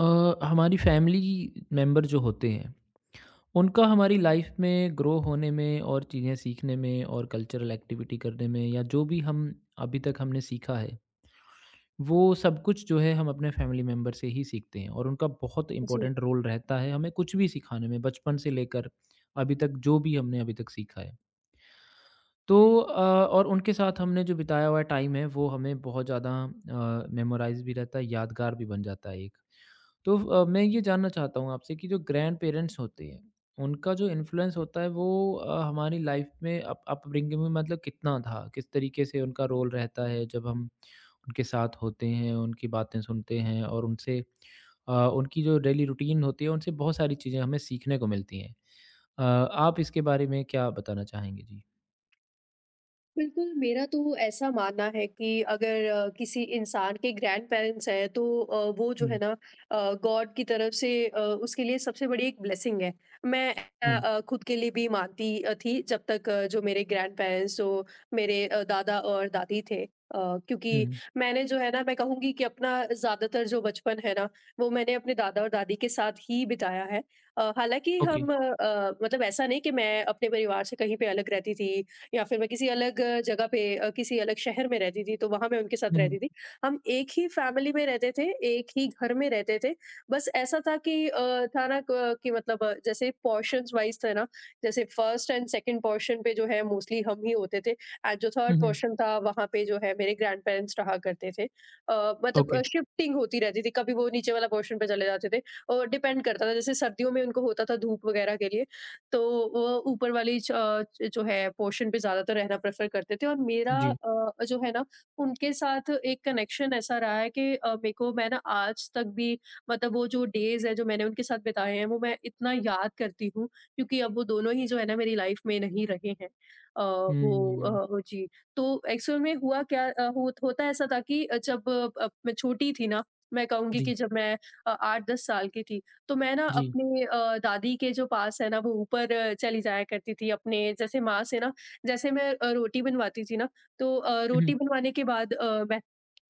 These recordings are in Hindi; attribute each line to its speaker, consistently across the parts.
Speaker 1: अ, हमारी फैमिली मेंबर जो होते हैं उनका हमारी लाइफ में ग्रो होने में और चीज़ें सीखने में और कल्चरल एक्टिविटी करने में या जो भी हम अभी तक हमने सीखा है वो सब कुछ जो है हम अपने फैमिली मेंबर से ही सीखते हैं और उनका बहुत
Speaker 2: जी,
Speaker 1: इंपॉर्टेंट रोल रहता है हमें कुछ भी सिखाने में बचपन से लेकर अभी तक जो भी हमने अभी तक सीखा है। तो अ, और उनके साथ हमने जो बिताया हुआ टाइम है वो हमें बहुत ज़्यादा मेमोराइज भी रहता है, यादगार भी बन जाता है एक। मैं ये जानना चाहता हूँ आपसे कि जो ग्रैंड-पेरेंट्स होते हैं, उनका जो इन्फ्लुएंस होता है वो हमारी लाइफ में अप अपब्रिंगिंग में मतलब कितना था? किस तरीके से उनका रोल रहता है जब हम उनके साथ होते हैं, उनकी बातें सुनते हैं और उनसे उनकी जो डेली रूटीन होती है, उनसे बहुत सारी चीज़ें हमें सीखने को मिलती हैं। आप इसके बारे में क्या बताना चाहेंगे? जी।
Speaker 2: बिल्कुल। मेरा तो ऐसा मानना है कि अगर किसी इंसान के ग्रैंड पेरेंट्स हैं तो वो जो है
Speaker 1: हुँ,
Speaker 2: ना गॉड की तरफ से उसके लिए सबसे बड़ी एक ब्लेसिंग है। मैं
Speaker 1: हुँ,
Speaker 2: खुद के लिए भी मानती थी जब तक जो मेरे ग्रैंड पेरेंट्स जो मेरे दादा और दादी थे। क्योंकि
Speaker 1: हुँ,
Speaker 2: मैंने जो है ना, मैं कहूँगी कि अपना ज़्यादातर जो बचपन है ना, वो मैंने अपने दादा और दादी के साथ ही बिताया है। हालाँकि
Speaker 1: ओके।
Speaker 2: मतलब ऐसा नहीं कि मैं अपने परिवार से कहीं पे अलग रहती थी या फिर मैं किसी अलग जगह पे किसी अलग शहर में रहती थी, तो वहाँ मैं उनके साथ
Speaker 1: हुँ, हुँ,
Speaker 2: रहती थी। हम एक ही फैमिली में रहते थे, एक ही घर में रहते थे। बस ऐसा था कि था ना क कि मतलब जैसे पोर्शन्स वाइज़ थे ना, जैसे फर्स्ट एंड सेकंड पोर्शन पे जो है मोस्टली हम ही होते थे एंड जो थर्ड
Speaker 1: हुँ, हुँ,
Speaker 2: पोर्शन था, वहाँ पे जो है मेरे ग्रैंडपेरेंट्स रहा करते थे। मतलब
Speaker 1: ओके,
Speaker 2: शिफ्टिंग होती रहती थी, कभी वो नीचे वाला पोर्शन पे चले जाते थे और डिपेंड करता था, जैसे सर्दियों में उनको होता था धूप वगैरह के लिए, तो वो ऊपर वाली च अ, ज जो है पोर्शन पे ज़्यादातर रहना प्रेफ़र करते थे। और मेरा
Speaker 1: जी।
Speaker 2: जो है ना उनके साथ एक कनेक्शन ऐसा रहा है कि मेरे को, मैं ना आज तक भी, मतलब वो जो डेज़ हैं जो मैंने उनके साथ बिताए हैं, वो मैं इतना याद करती हूँ क्योंकि अब वो दोनों ही जो है ना मेरी लाइफ़ में नहीं रहे हैं। अ,
Speaker 1: हुँ,
Speaker 2: वो जी। तो एक्चुअल में हुआ क्या, अ, हो होता ऐसा था कि जब मैं छोटी थी ना, मैं कहूँगी
Speaker 1: जी,
Speaker 2: कि जब मैं अ, 8-10 साल की थी, तो मैं ना
Speaker 1: जी,
Speaker 2: अपने दादी के जो पास है ना वो ऊपर चली जाया करती थी अपने जैसे माँ से ना, जैसे मैं रोटी बनवाती थी ना, तो
Speaker 1: हुँ,
Speaker 2: रोटी
Speaker 1: हुँ,
Speaker 2: बनवाने के बाद मैं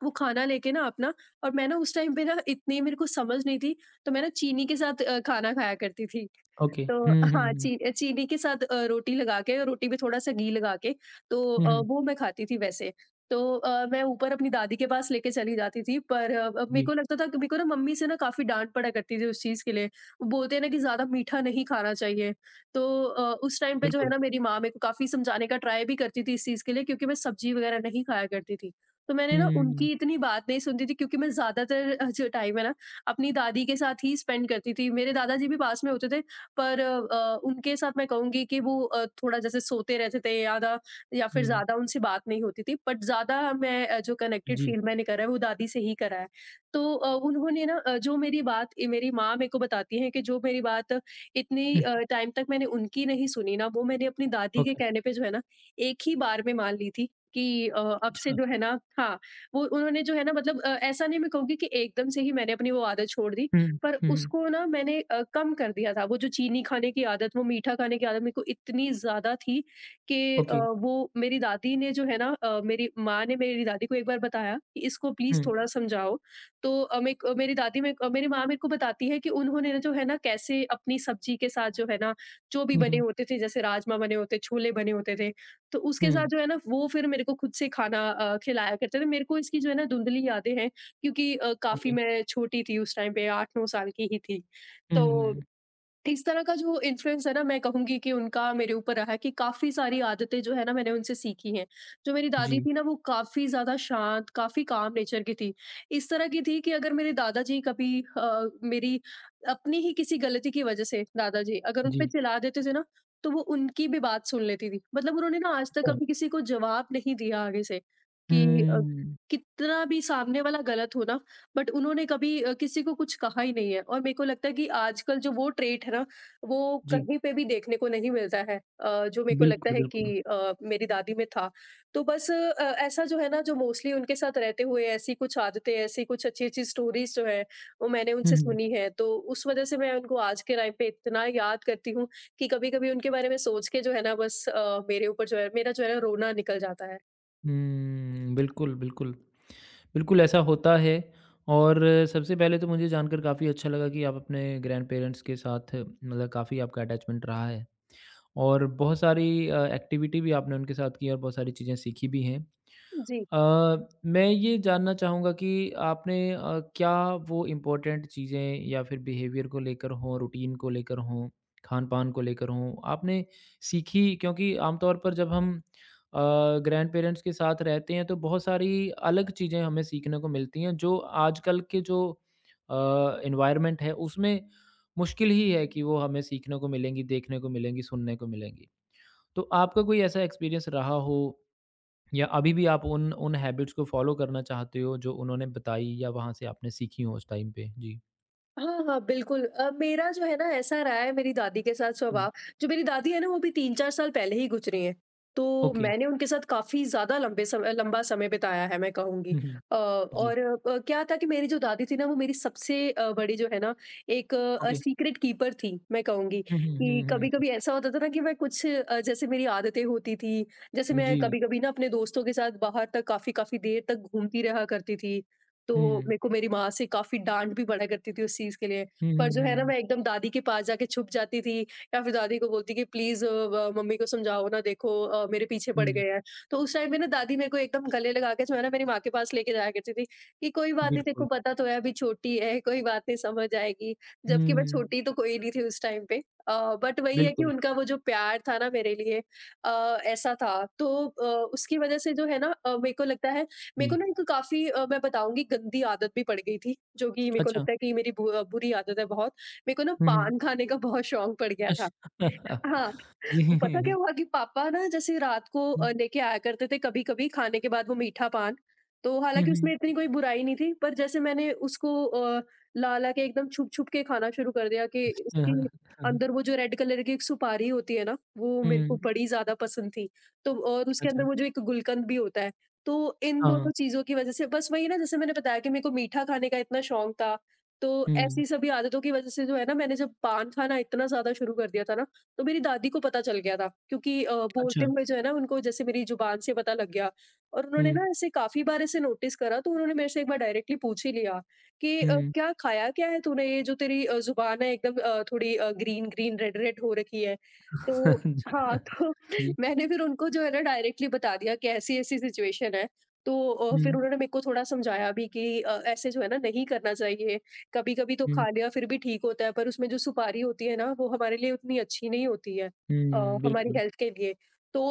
Speaker 2: वो खाना लेके ना अपना। और मैं ना उस टाइम पे ना इतनी मेरे को समझ नहीं थी, तो मैं ना चीनी के साथ खाना खाया करती थी।
Speaker 1: ओके।
Speaker 2: तो
Speaker 1: हुँ, हुँ,
Speaker 2: हाँ,
Speaker 1: हुँ।
Speaker 2: चीनी के साथ रोटी लगा के, रोटी पे थोड़ा सा घी लगा के, तो
Speaker 1: हुँ, हुँ।
Speaker 2: वो मैं खाती थी वैसे। तो मैं ऊपर अपनी दादी के पास लेके चली जाती थी, पर अब मेरे
Speaker 1: जी,
Speaker 2: को लगता था कि मेरे को ना मम्मी से ना काफ़ी डाँट पड़ा करती थी उस चीज़ के लिए। वो बोलते हैं ना कि ज़्यादा मीठा नहीं खाना चाहिए। तो उस टाइम पे जो है
Speaker 1: बिल्कुल।
Speaker 2: ना, मेरी माँ मेरे को काफ़ी समझाने का ट्राई भी करती थी इस चीज़ के लिए, क्योंकि मैं सब्ज़ी वग़ैरह नहीं खाया करती थी। तो मैंने ना
Speaker 1: हुँ,
Speaker 2: उनकी इतनी बात नहीं सुनती थी, क्योंकि मैं ज़्यादातर जो टाइम है ना अपनी दादी के साथ ही स्पेंड करती थी। मेरे दादाजी भी पास में होते थे, पर उनके साथ मैं कहूँगी कि वो थोड़ा जैसे सोते रहते थे, या फिर
Speaker 1: हुँ,
Speaker 2: ज़्यादा उनसे बात नहीं होती थी, बट ज़्यादा मैं जो कनेक्टेड
Speaker 1: जी।
Speaker 2: फील मैंने करा है, वो दादी से ही करा है। तो उन्होंने ना जो मेरी बात, मेरी माँ मेरे को बताती हैं कि जो मेरी बात इतनी
Speaker 1: हुँ,
Speaker 2: टाइम तक मैंने उनकी नहीं सुनी ना, वो मैंने अपनी दादी के
Speaker 1: ओके।
Speaker 2: कहने पे जो है ना, एक ही बार में मान ली थी कि अब से
Speaker 1: अच्छा।
Speaker 2: जो है ना। हाँ, वो उन्होंने जो है ना, मतलब ऐसा नहीं मैं कहूँगी कि एकदम से ही मैंने अपनी वो आदत छोड़ दी,
Speaker 1: हुँ,
Speaker 2: पर
Speaker 1: हुँ, हुँ,
Speaker 2: उसको ना मैंने कम कर दिया था। वो जो चीनी खाने की आदत, वो मीठा खाने की आदत मेरे को इतनी ज़्यादा थी कि
Speaker 1: ओके।
Speaker 2: वो मेरी दादी ने जो है ना, मेरी माँ ने मेरी दादी को एक बार बताया कि इसको प्लीज़
Speaker 1: हुँ,
Speaker 2: थोड़ा समझाओ। तो अ, मेक अ, मेरी दादी मेक अ, मेरी माँ मेरे को बताती है कि उन्होंने ना जो है ना, कैसे अपनी सब्जी के साथ जो है ना, जो भी
Speaker 1: हुँ,
Speaker 2: बने
Speaker 1: हुँ,
Speaker 2: होते थे, जैसे राजमा बने होते, छोले बने होते थे, तो उसके साथ
Speaker 1: हुँ,
Speaker 2: जो है ना वो फिर मेरे को खुद से खाना खिलाया करते थे। मेरे को इसकी जो है ना धुंधली यादें हैं, क्योंकि काफ़ी
Speaker 1: ओके।
Speaker 2: मैं छोटी थी उस टाइम पे, 8-9 साल की ही थी।
Speaker 1: हुँ,
Speaker 2: तो
Speaker 1: हुँ,
Speaker 2: इस तरह का जो इन्फ्लुएंस है ना, मैं कहूँगी कि उनका मेरे ऊपर रहा है कि काफ़ी सारी आदतें जो है ना, मैंने उनसे सीखी हैं। जो मेरी दादी
Speaker 1: जी,
Speaker 2: थी ना, वो काफ़ी ज़्यादा शांत, काफ़ी काम नेचर की थी। इस तरह की थी कि अगर मेरे दादाजी कभी अ, मेरी अपनी ही किसी गलती की वज़ह से दादाजी अगर उन
Speaker 1: जी।
Speaker 2: पे चिल्ला देते थे ना, तो वो उनकी भी बात सुन लेती थी। मतलब उन्होंने ना आज तक
Speaker 1: अच्छा।
Speaker 2: कभी किसी को जवाब नहीं दिया आगे से, कि अ,
Speaker 1: हुँ,
Speaker 2: कितना भी सामने वाला गलत हो ना, बट उन्होंने कभी किसी को कुछ कहा ही नहीं है। और मेरे को लगता है कि आजकल जो वो ट्रेट है ना, वो
Speaker 1: जी,
Speaker 2: कहीं पे भी देखने को नहीं मिलता है, जो मेरे को लगता
Speaker 1: बिल्कुल,
Speaker 2: है कि
Speaker 1: बिल्कुल।
Speaker 2: मेरी दादी में था। तो बस ऐसा जो है ना, जो मोस्टली उनके साथ रहते हुए ऐसी कुछ आदतें, ऐसी कुछ अच्छी अच्छी स्टोरीज जो है, वो मैंने
Speaker 1: हुँ,
Speaker 2: उनसे
Speaker 1: हुँ,
Speaker 2: सुनी है, तो उस वजह से मैं उनको आज के टाइम पे इतना याद करती हूँ, कि कभी कभी उनके बारे में सोच के जो है ना, बस मेरे ऊपर जो है, मेरा जो है ना रोना निकल जाता है।
Speaker 1: हुँ, बिल्कुल, बिल्कुल। बिल्कुल ऐसा होता है। और सबसे पहले तो मुझे जानकर काफ़ी अच्छा लगा कि आप अपने ग्रैंडपेरेंट्स के साथ मतलब काफ़ी आपका अटैचमेंट रहा है और बहुत सारी एक्टिविटी भी आपने उनके साथ की है और बहुत सारी चीज़ें सीखी भी हैं।
Speaker 2: जी,
Speaker 1: अ, मैं ये जानना चाहूँगा कि आपने क्या वो इम्पोर्टेंट चीज़ें या फिर बिहेवियर को लेकर हों, रूटीन को लेकर हों, खान-पान को लेकर हों, आपने सीखी? क्योंकि आमतौर पर जब हम अ, ग्रैंडपेरेंट्स के साथ रहते हैं, तो बहुत सारी अलग चीज़ें हमें सीखने को मिलती हैं, जो आजकल के जो अ, एनवायरनमेंट है, उसमें मुश्किल ही है कि वो हमें सीखने को मिलेंगी, देखने को मिलेंगी, सुनने को मिलेंगी। तो आपका कोई ऐसा एक्सपीरियंस रहा हो? या अभी भी आप उन उन हैबिट्स को फ़ॉलो करना चाहते हो जो उन्होंने बताई या वहाँ से आपने सीखी हो उस टाइम पे? जी।
Speaker 2: हाँ, हाँ, बिल्कुल। मेरा जो है ना ऐसा रहा है मेरी दादी के साथ
Speaker 1: हुँ।
Speaker 2: स्वभाव। जो मेरी दादी है ना, वो भी 3-4 साल पहले ही गुज़री हैं। तो
Speaker 1: ओके।
Speaker 2: मैंने उनके साथ काफ़ी ज़्यादा लंबे समय लंबा समय बिताया है, मैं कहूँगी।
Speaker 1: हुँ, हुँ। जी।
Speaker 2: और क्या था कि मेरी जो दादी थी ना, वो मेरी सबसे बड़ी जो है ना एक
Speaker 1: ओके।
Speaker 2: सीक्रेट कीपर थी, मैं कहूँगी
Speaker 1: हुँ, हुँ,
Speaker 2: कि
Speaker 1: हुँ, हुँ, हुँ।
Speaker 2: कभी-कभी ऐसा होता था ना कि मैं कुछ जैसे मेरी आदतें होती थी, जैसे मैं
Speaker 1: जी।
Speaker 2: कभी-कभी ना अपने दोस्तों के साथ बाहर तक काफ़ी-काफ़ी देर तक घूमती रहा करती थी। तो
Speaker 1: हुँ।
Speaker 2: मेरे को मेरी माँ से काफ़ी डाँट भी पड़ा करती थी उस चीज़ के लिए।
Speaker 1: हुँ,
Speaker 2: पर
Speaker 1: हुँ,
Speaker 2: जो है ना,
Speaker 1: हुँ।
Speaker 2: मैं एकदम दादी के पास जाके छुप जाती थी, या फिर दादी को बोलती कि प्लीज़ अ, व मम्मी को समझाओ ना, देखो मेरे पीछे पड़
Speaker 1: हुँ,
Speaker 2: गए हैं। तो उस टाइम में ना दादी मेरे को एकदम गले लगा के जो है ना मेरी माँ के पास लेके जाया करती थी, कि कोई बात नहीं, तेरे को
Speaker 1: बिल्कुल।
Speaker 2: पता तो है अभी छोटी है, कोई बात नहीं, समझ आएगी। जबकि मैं
Speaker 1: हुँ,
Speaker 2: छोटी तो कोई नहीं थी उस टाइम पे। अ, बट वही है कि
Speaker 1: बिल्कुल।
Speaker 2: उनका वो जो प्यार था ना मेरे लिए ऐसा था, तो उसकी वज़ह से जो है ना, मेरे को लगता है
Speaker 1: जी।
Speaker 2: मेरे को ना एक काफ़ी मैं बताऊँगी गंदी आदत भी पड़ गई थी, जो कि मेरे को
Speaker 1: अच्छा।
Speaker 2: लगता है कि मेरी बुरी आदत है बहुत। मेरे को ना
Speaker 1: हुँ, हुँ।
Speaker 2: पान खाने का बहुत शौक पड़ गया था।
Speaker 1: अच्छा।
Speaker 2: हाँ, वो पता क्या
Speaker 1: जी।
Speaker 2: हुआ कि पापा ना जैसे रात को
Speaker 1: हुँ,
Speaker 2: लेके आया करते थे कभी-कभी खाने के बाद, वो मीठा पान। तो
Speaker 1: हुँ,
Speaker 2: हालाँकि
Speaker 1: हुँ।
Speaker 2: उसमें इतनी कोई बुराई नहीं थी, पर जैसे मैंने उसको ला-ला के एकदम छुप-छुप के खाना शुरू कर दिया, कि
Speaker 1: हाँ,
Speaker 2: उसके
Speaker 1: हाँ। हाँ, हाँ।
Speaker 2: अंदर वो जो रेड कलर की एक सुपारी होती है ना, वो मेरे को
Speaker 1: हुँ,
Speaker 2: बड़ी ज़्यादा पसंद थी। तो और उसके अंदर
Speaker 1: अच्छा।
Speaker 2: वो जो एक गुलकंद भी होता है, तो इन दोनों
Speaker 1: हाँ।
Speaker 2: चीज़ों की वज़ह से बस वही ना, जैसे मैंने बताया कि मेरे को मीठा खाने का इतना शौक था, तो
Speaker 1: हुँ,
Speaker 2: ऐसी सभी आदतों की वज़ह से जो है ना, मैंने जब पान खाना इतना ज़्यादा शुरू कर दिया था ना, तो मेरी दादी को पता चल गया था, क्योंकि बोलते
Speaker 1: अच्छा।
Speaker 2: हुए जो है ना उनको, जैसे मेरी ज़ुबान से पता लग गया। और उन्होंने ना
Speaker 1: हुँ,
Speaker 2: ऐसे काफ़ी बार ऐसे नोटिस करा, तो उन्होंने मेरे से एक बार डायरेक्टली पूछ ही लिया कि
Speaker 1: हुँ।
Speaker 2: "क्या खाया क्या है तूने? ये जो तेरी ज़ुबान है एकदम थोड़ी ग्रीन ग्रीन, रेड रेड हो रखी है।" तो हाँ, तो
Speaker 1: जी।
Speaker 2: मैंने फिर उनको जो है ना डायरेक्टली बता दिया कि ऐसी-ऐसी सिचुएशन है। तो फिर
Speaker 1: हुँ,
Speaker 2: उन्होंने मेरे को थोड़ा समझाया भी कि ऐसे जो है ना नहीं करना चाहिए। कभी-कभी तो
Speaker 1: हुँ,
Speaker 2: खा लिया फिर भी ठीक होता है, पर उसमें जो सुपारी होती है ना, वो हमारे लिए उतनी अच्छी नहीं होती है अ,
Speaker 1: हुँ,
Speaker 2: हमारी
Speaker 1: बिल्कुल।
Speaker 2: हेल्थ के लिए। तो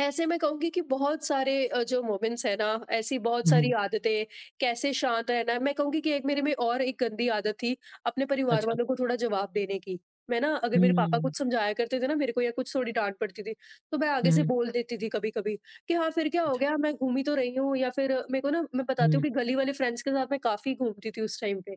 Speaker 2: ऐसे मैं कहूँगी कि बहुत सारे जो मोमेंट्स हैं ना, ऐसी बहुत
Speaker 1: हुँ,
Speaker 2: सारी
Speaker 1: हुँ।
Speaker 2: आदतें, कैसे शांत रहना है। मैं कहूँगी कि एक मेरे में और एक गंदी आदत थी, अपने परिवार
Speaker 1: अच्छा।
Speaker 2: वालों को थोड़ा जवाब देने की। मैं ना, अगर मेरे पापा
Speaker 1: हुँ,
Speaker 2: कुछ समझाया करते थे ना मेरे को, या कुछ थोड़ी डाँट पड़ती थी, तो मैं आगे से
Speaker 1: हुँ,
Speaker 2: बोल देती थी कभी-कभी कि हाँ, फिर क्या हो
Speaker 1: अच्छा,
Speaker 2: गया, मैं घूमी तो रही हूँ। या फिर मेरे को ना, मैं बताती हूँ
Speaker 1: हुँ,
Speaker 2: कि गली वाले फ्रेंड्स के साथ मैं काफ़ी घूमती थी उस टाइम पे।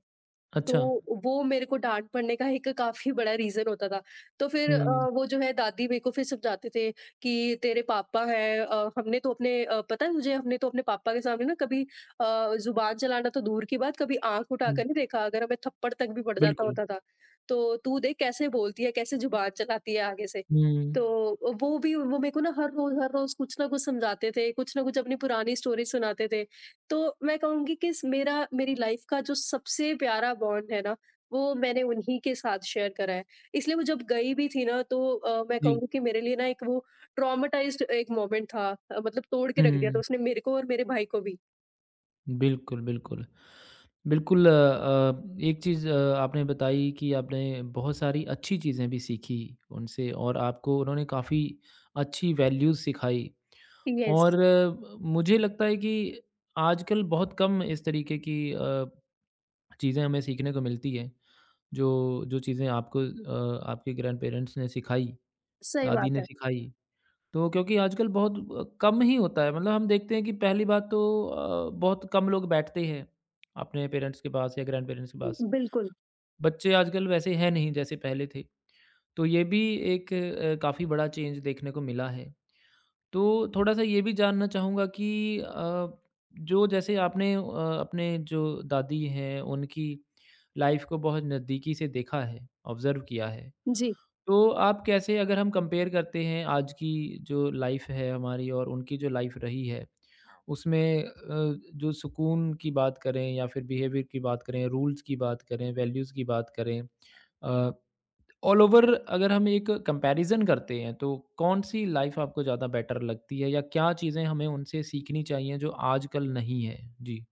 Speaker 1: अच्छा।
Speaker 2: तो वो मेरे को डाँट पड़ने का एक काफ़ी बड़ा रीज़न होता था। तो फिर
Speaker 1: हुँ,
Speaker 2: वो जो है दादी मेरे को फिर समझाते थे कि तेरे पापा हैं। हमने तो अपने पता है तुझे, हमने तो अपने पापा के सामने ना कभी ज़ुबान चलाना तो दूर की बात, कभी आँख
Speaker 1: हुँ,
Speaker 2: उठाकर नहीं देखा, अगर हमें थप्पड़ तक भी पड़ जाता
Speaker 1: बिल्कुल।
Speaker 2: होता था। तो तू देख कैसे बोलती है, कैसे ज़ुबान चलाती है आगे से।
Speaker 1: हुँ,
Speaker 2: तो वो भी, वो मेरे को ना हर रोज़ कुछ ना कुछ समझाते थे, कुछ ना कुछ अपनी पुरानी स्टोरी सुनाते थे। तो मैं कहूँगी कि स मेरा मेरी लाइफ़ का जो सबसे प्यारा बॉन्ड है ना, वो मैंने उन्हीं के साथ शेयर करा है। इसलिए वो जब गई भी थी ना, तो मैं
Speaker 1: जी,
Speaker 2: कहूँगी कि मेरे लिए ना एक वो ट्रॉमाटाइज़्ड एक मोमेंट था। मतलब तोड़ के रख दिया था
Speaker 1: हुँ,
Speaker 2: उसने मेरे को और मेरे भाई को भी।
Speaker 1: बिल्कुल, बिल्कुल। एक चीज़ आपने बताई कि आपने बहुत सारी अच्छी चीज़ें भी सीखी उनसे और आपको उन्होंने काफ़ी अच्छी वैल्यूज़ सिखाई
Speaker 2: यस,
Speaker 1: और मुझे लगता है कि आजकल बहुत कम इस तरीके की चीज़ें हमें सीखने को मिलती हैं, जो जो चीज़ें आपको आपके ग्रैंडपेरेंट्स ने सिखाई।
Speaker 2: सही
Speaker 1: दादी
Speaker 2: बात
Speaker 1: ने
Speaker 2: है।
Speaker 1: सिखाई। तो क्योंकि आजकल बहुत कम ही होता है, मतलब हम देखते हैं कि पहली बात तो बहुत कम लोग बैठते हैं अपने पेरेंट्स के पास या ग्रैंड-पेरेंट्स के पास।
Speaker 2: बिल्कुल,
Speaker 1: बच्चे आजकल वैसे हैं नहीं जैसे पहले थे। तो ये भी एक काफ़ी बड़ा चेंज देखने को मिला है। तो थोड़ा-सा ये भी जानना चाहूँगा कि अ, जो जैसे आपने अपने जो दादी हैं उनकी लाइफ़ को बहुत नज़दीकी से देखा है, ऑब्ज़र्व किया है।
Speaker 2: जी।
Speaker 1: तो आप कैसे, अगर हम कंपेयर करते हैं आज की जो लाइफ है हमारी और उनकी जो लाइफ रही है, उसमें जो सुकून की बात करें या फिर बिहेवियर की बात करें, रूल्स की बात करें, वैल्यूज़ की बात करें, अ, ऑल ओवर अगर हम एक कंपैरिजन करते हैं, तो कौन-सी लाइफ आपको ज़्यादा बेटर लगती है या क्या चीज़ें हमें उनसे सीखनी चाहिए जो आजकल नहीं है? जी।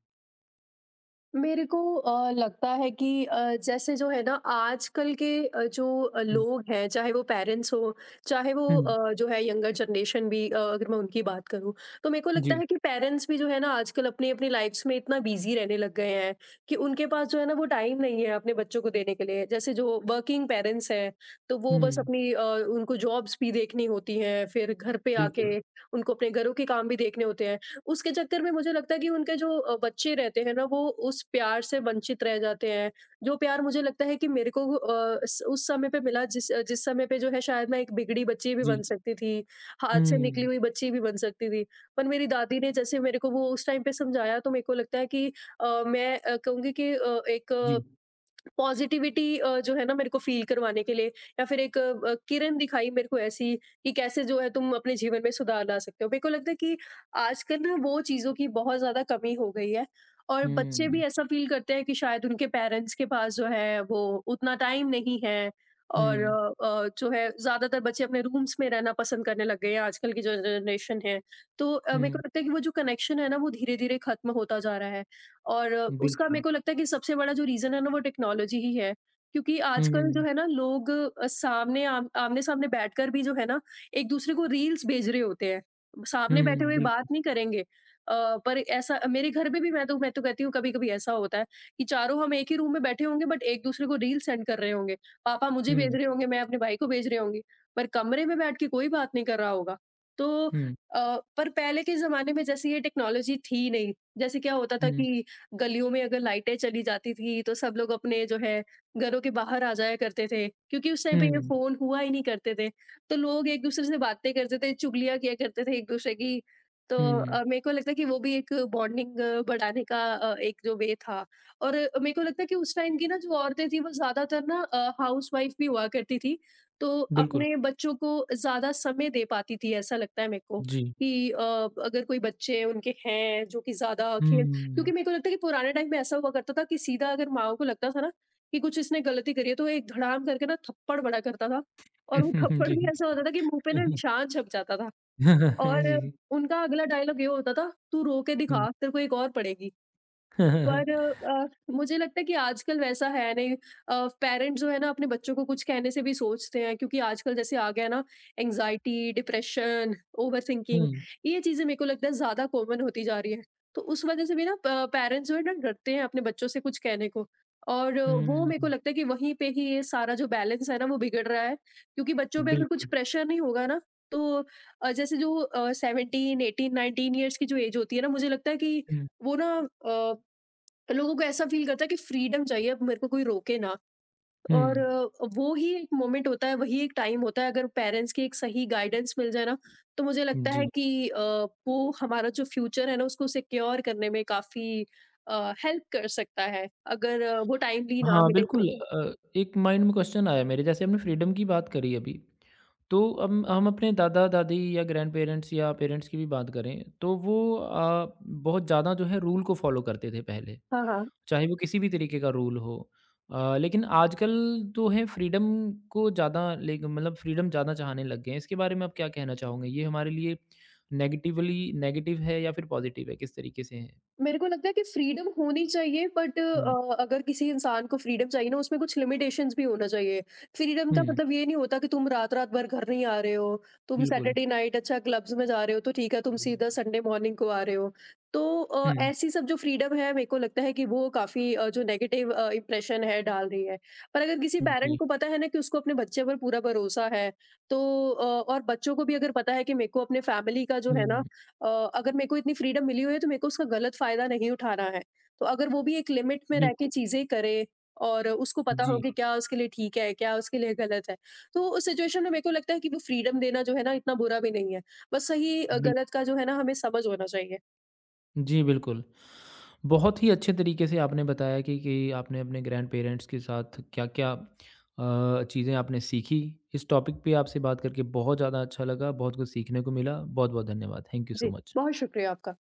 Speaker 2: मेरे को लगता है कि जैसे जो है ना आजकल के जो
Speaker 1: हुँ,
Speaker 2: लोग हैं, चाहे वो पेरेंट्स हो, चाहे वो
Speaker 1: हुँ,
Speaker 2: जो है यंगर जनरेशन भी, अगर मैं उनकी बात करूं, तो मेरे को लगता
Speaker 1: जी,
Speaker 2: है कि पेरेंट्स भी जो है ना आजकल अपनी अपनी लाइफ्स में इतना बिजी रहने लग गए हैं कि उनके पास जो है ना वो टाइम नहीं है अपने बच्चों को देने के लिए। जैसे जो वर्किंग पेरेंट्स हैं, तो वो बस
Speaker 1: हुँ,
Speaker 2: अपनी उनको जॉब्स भी देखनी होती हैं, फिर घर पे आके
Speaker 1: बिल्कुल,
Speaker 2: उनको अपने घरों के काम भी देखने होते हैं। उसके चक्कर में मुझे लगता है कि उनके जो बच्चे रहते हैं ना, वो उस प्यार से वंचित रह जाते हैं। जो प्यार, मुझे लगता है कि मेरे को अ, स उस समय पे मिला, जिस समय पे जो है, शायद मैं एक बिगड़ी बच्ची भी बन
Speaker 1: जी,
Speaker 2: सकती थी, हाथ से निकली
Speaker 1: हुँ,
Speaker 2: हुई बच्ची भी बन सकती थी। पर मेरी दादी ने जैसे मेरे को वो उस टाइम पे समझाया, तो मेरे को लगता है कि मैं कहूँगी कि एक
Speaker 1: जी,
Speaker 2: पॉज़िटिविटी जो है ना मेरे को फ़ील करवाने के लिए, या फिर एक किरण दिखाई मेरे को ऐसी कि कैसे जो है तुम अपने जीवन में सुधार ला सकते हो। मेरे को लगता है कि आजकल ना वो चीज़ों की बहुत ज़्यादा कमी हो गई है, और बच्चे भी
Speaker 1: हुँ,
Speaker 2: ऐसा फ़ील करते हैं कि शायद उनके पेरेंट्स के पास जो है वो उतना टाइम नहीं है, और
Speaker 1: हुँ,
Speaker 2: जो है ज़्यादातर बच्चे अपने रूम्स में रहना पसंद करने लग गए हैं, आजकल की जो जनरेशन है। तो मेरे को
Speaker 1: हुँ।
Speaker 2: लगता है कि वो जो कनेक्शन है ना, वो धीरे-धीरे ख़त्म होता जा रहा है। और उसका मेरे
Speaker 1: बिल्कुल।
Speaker 2: को लगता है कि सबसे बड़ा जो रीज़न है ना, वो टेक्नोलॉजी ही है। क्योंकि आजकल जो
Speaker 1: हुँ,
Speaker 2: है ना लोग सामने आम आमने-सामने बैठकर भी जो है ना एक-दूसरे को रील्स भेज रहे होते हैं। सामने बैठे
Speaker 1: हुँ,
Speaker 2: हुए बात
Speaker 1: बिल्कुल।
Speaker 2: नहीं करेंगे। पर ऐसा मेरे घर में भी, मैं तो कहती हूँ, कभी-कभी ऐसा होता है कि चारों हम एक ही रूम में बैठे होंगे, बट एक-दूसरे को रील सेंड कर रहे होंगे। पापा मुझे भेज
Speaker 1: हुँ,
Speaker 2: रहे होंगे, मैं अपने भाई को भेज रही होंगी। पर कमरे में बैठ के कोई बात नहीं कर रहा होगा। तो
Speaker 1: हुँ,
Speaker 2: पर पहले के ज़माने में जैसे ये टेक्नोलॉजी थी नहीं। जैसे क्या होता था
Speaker 1: हुँ,
Speaker 2: कि गलियों में अगर लाइटें चली जाती थी, तो सब लोग अपने जो है घरों के बाहर आ जाया करते थे, क्योंकि उस टाइम पे ये
Speaker 1: हुँ,
Speaker 2: फोन हुआ ही नहीं करते थे। तो लोग एक दूसरे से बातें करते थे, चुगलियां किया करते थे एक दूसरे की। तो
Speaker 1: हुँ,
Speaker 2: मेरे को लगता है कि वो भी एक बॉन्डिंग बढ़ाने का एक जो वे था। और मेरे को लगता है कि उस टाइम की ना जो औरतें थी, वो ज्यादातर ना हाउस वाइफ भी हुआ करती थी। तो
Speaker 1: बिल्कुल।
Speaker 2: अपने बच्चों को ज्यादा समय दे पाती थी, ऐसा लगता है मेरे को
Speaker 1: जी।
Speaker 2: कि अगर कोई बच्चे उनके हैं जो कि ज्यादा। क्योंकि
Speaker 1: हुँ।
Speaker 2: मेरे को लगता है कि पुराने टाइम में ऐसा हुआ करता था कि सीधा अगर माँ को लगता था ना कि कुछ इसने गलती करी है, तो वो एक धड़ाम करके ना थप्पड़ बड़ा करता था, और वो थप्पड़
Speaker 1: जी।
Speaker 2: भी ऐसा होता था कि मुँह पे ना निशान छप जाता था। और
Speaker 1: जी।
Speaker 2: उनका अगला डायलॉग ये होता था, "तू रो के
Speaker 1: हुँ।
Speaker 2: दिखा, तेरे को एक और पड़ेगी।" पर अ, मुझे लगता है कि आजकल वैसा है नहीं। पेरेंट्स जो है ना अपने बच्चों को कुछ कहने से भी सोचते हैं, क्योंकि आजकल जैसे आ गया ना एंजाइटी, डिप्रेशन, ओवरथिंकिंग,
Speaker 1: हुँ,
Speaker 2: ये चीजें मेरे को लगता है ज्यादा कॉमन होती जा रही है। तो उस वजह से भी ना, पेरेंट्स जो है ना डरते हैं अपने बच्चों से कुछ कहने को, और वो
Speaker 1: हुँ,
Speaker 2: मेरे को लगता है कि वहीं पे ही ये सारा जो बैलेंस है ना, वो बिगड़ रहा है। क्योंकि बच्चों पे अगर कुछ
Speaker 1: बिल्कुल।
Speaker 2: प्रेशर नहीं होगा ना, तो जैसे जो 17, 18, 19 ईयर्स की जो एज होती है ना, मुझे लगता है कि
Speaker 1: हुँ,
Speaker 2: वो ना लोगों को ऐसा फ़ील करता है कि फ्रीडम चाहिए, अब मेरे को कोई रोके ना।
Speaker 1: हुँ,
Speaker 2: और वो ही एक मोमेंट होता है, वही एक टाइम होता है, अगर पेरेंट्स की एक सही गाइडेंस मिल जाए ना, तो मुझे लगता है
Speaker 1: जी।
Speaker 2: कि वो हमारा जो फ्यूचर है ना, उसको सिक्योर करने में काफ़ी हेल्प कर सकता है, अगर वो टाइमली ना
Speaker 1: हाँ,
Speaker 2: मिले तो।
Speaker 1: बिल्कुल। एक माइंड में क्वेश्चन आया मेरे, जैसे हमने फ्रीडम की बात करी अभी, तो हम अपने दादा-दादी या ग्रैंडपेरेंट्स या पेरेंट्स की भी बात करें, तो वो बहुत ज़्यादा जो है रूल को फ़ॉलो करते थे पहले।
Speaker 2: हाँ, हाँ।
Speaker 1: चाहे वो किसी भी तरीके का रूल हो, लेकिन आजकल तो है फ्रीडम को ज़्यादा ले, मतलब फ्रीडम ज़्यादा चाहने लग गए हैं। इसके बारे में आप क्या कहना चाहोगे? ये हमारे लिए नेगेटिवली नेगेटिव है या फिर पॉजिटिव है, किस तरीके से है?
Speaker 2: मेरे को लगता है कि फ्रीडम होनी चाहिए, बट
Speaker 1: हुँ,
Speaker 2: अगर किसी इंसान को फ्रीडम चाहिए ना, उसमें कुछ लिमिटेशंस भी होना चाहिए। फ्रीडम का
Speaker 1: हुँ,
Speaker 2: मतलब ये नहीं होता कि तुम रात-रात भर घर नहीं आ रहे हो, तुम
Speaker 1: बिल्कुल।
Speaker 2: सैटरडे नाइट अच्छा क्लब्स में जा रहे हो तो ठीक है, तुम हुँ। सीधा संडे मॉर्निंग को आ रहे हो। तो
Speaker 1: हुँ,
Speaker 2: ऐसी सब जो फ्रीडम है, मेरे को लगता है कि वो काफ़ी जो नेगेटिव इंप्रेशन है डाल रही है। पर अगर किसी पेरेंट
Speaker 1: जी,
Speaker 2: को पता है ना कि उसको अपने बच्चे पर पूरा भरोसा है, तो और बच्चों को भी अगर पता है कि मेरे को अपने फैमिली का जो है ना,
Speaker 1: हुँ,
Speaker 2: अ, अगर मेरे को इतनी फ्रीडम मिली हुई है, तो मेरे को उसका गलत फ़ायदा नहीं उठाना है। तो अगर वो भी एक लिमिट में रह के
Speaker 1: बिल्कुल,
Speaker 2: चीज़ें करे, और उसको पता हो
Speaker 1: जी,
Speaker 2: कि क्या उसके लिए ठीक है, क्या उसके लिए गलत है, तो उस सिचुएशन में मेरे को लगता है कि वो फ्रीडम देना जो है ना, इतना बुरा भी नहीं है। बस सही
Speaker 1: बिल
Speaker 2: गलत का जो है ना, हमें समझ होना चाहिए।
Speaker 1: जी, बिल्कुल। बहुत ही अच्छे तरीके से आपने बताया कि आपने अपने ग्रैंडपेरेंट्स के साथ क्या-क्या चीज़ें आपने सीखी। इस टॉपिक पे आपसे बात करके बहुत ज़्यादा अच्छा लगा, बहुत कुछ सीखने को मिला। बहुत-बहुत धन्यवाद। थैंक यू सो
Speaker 2: जी,
Speaker 1: मच।
Speaker 2: बहुत शुक्रिया आपका।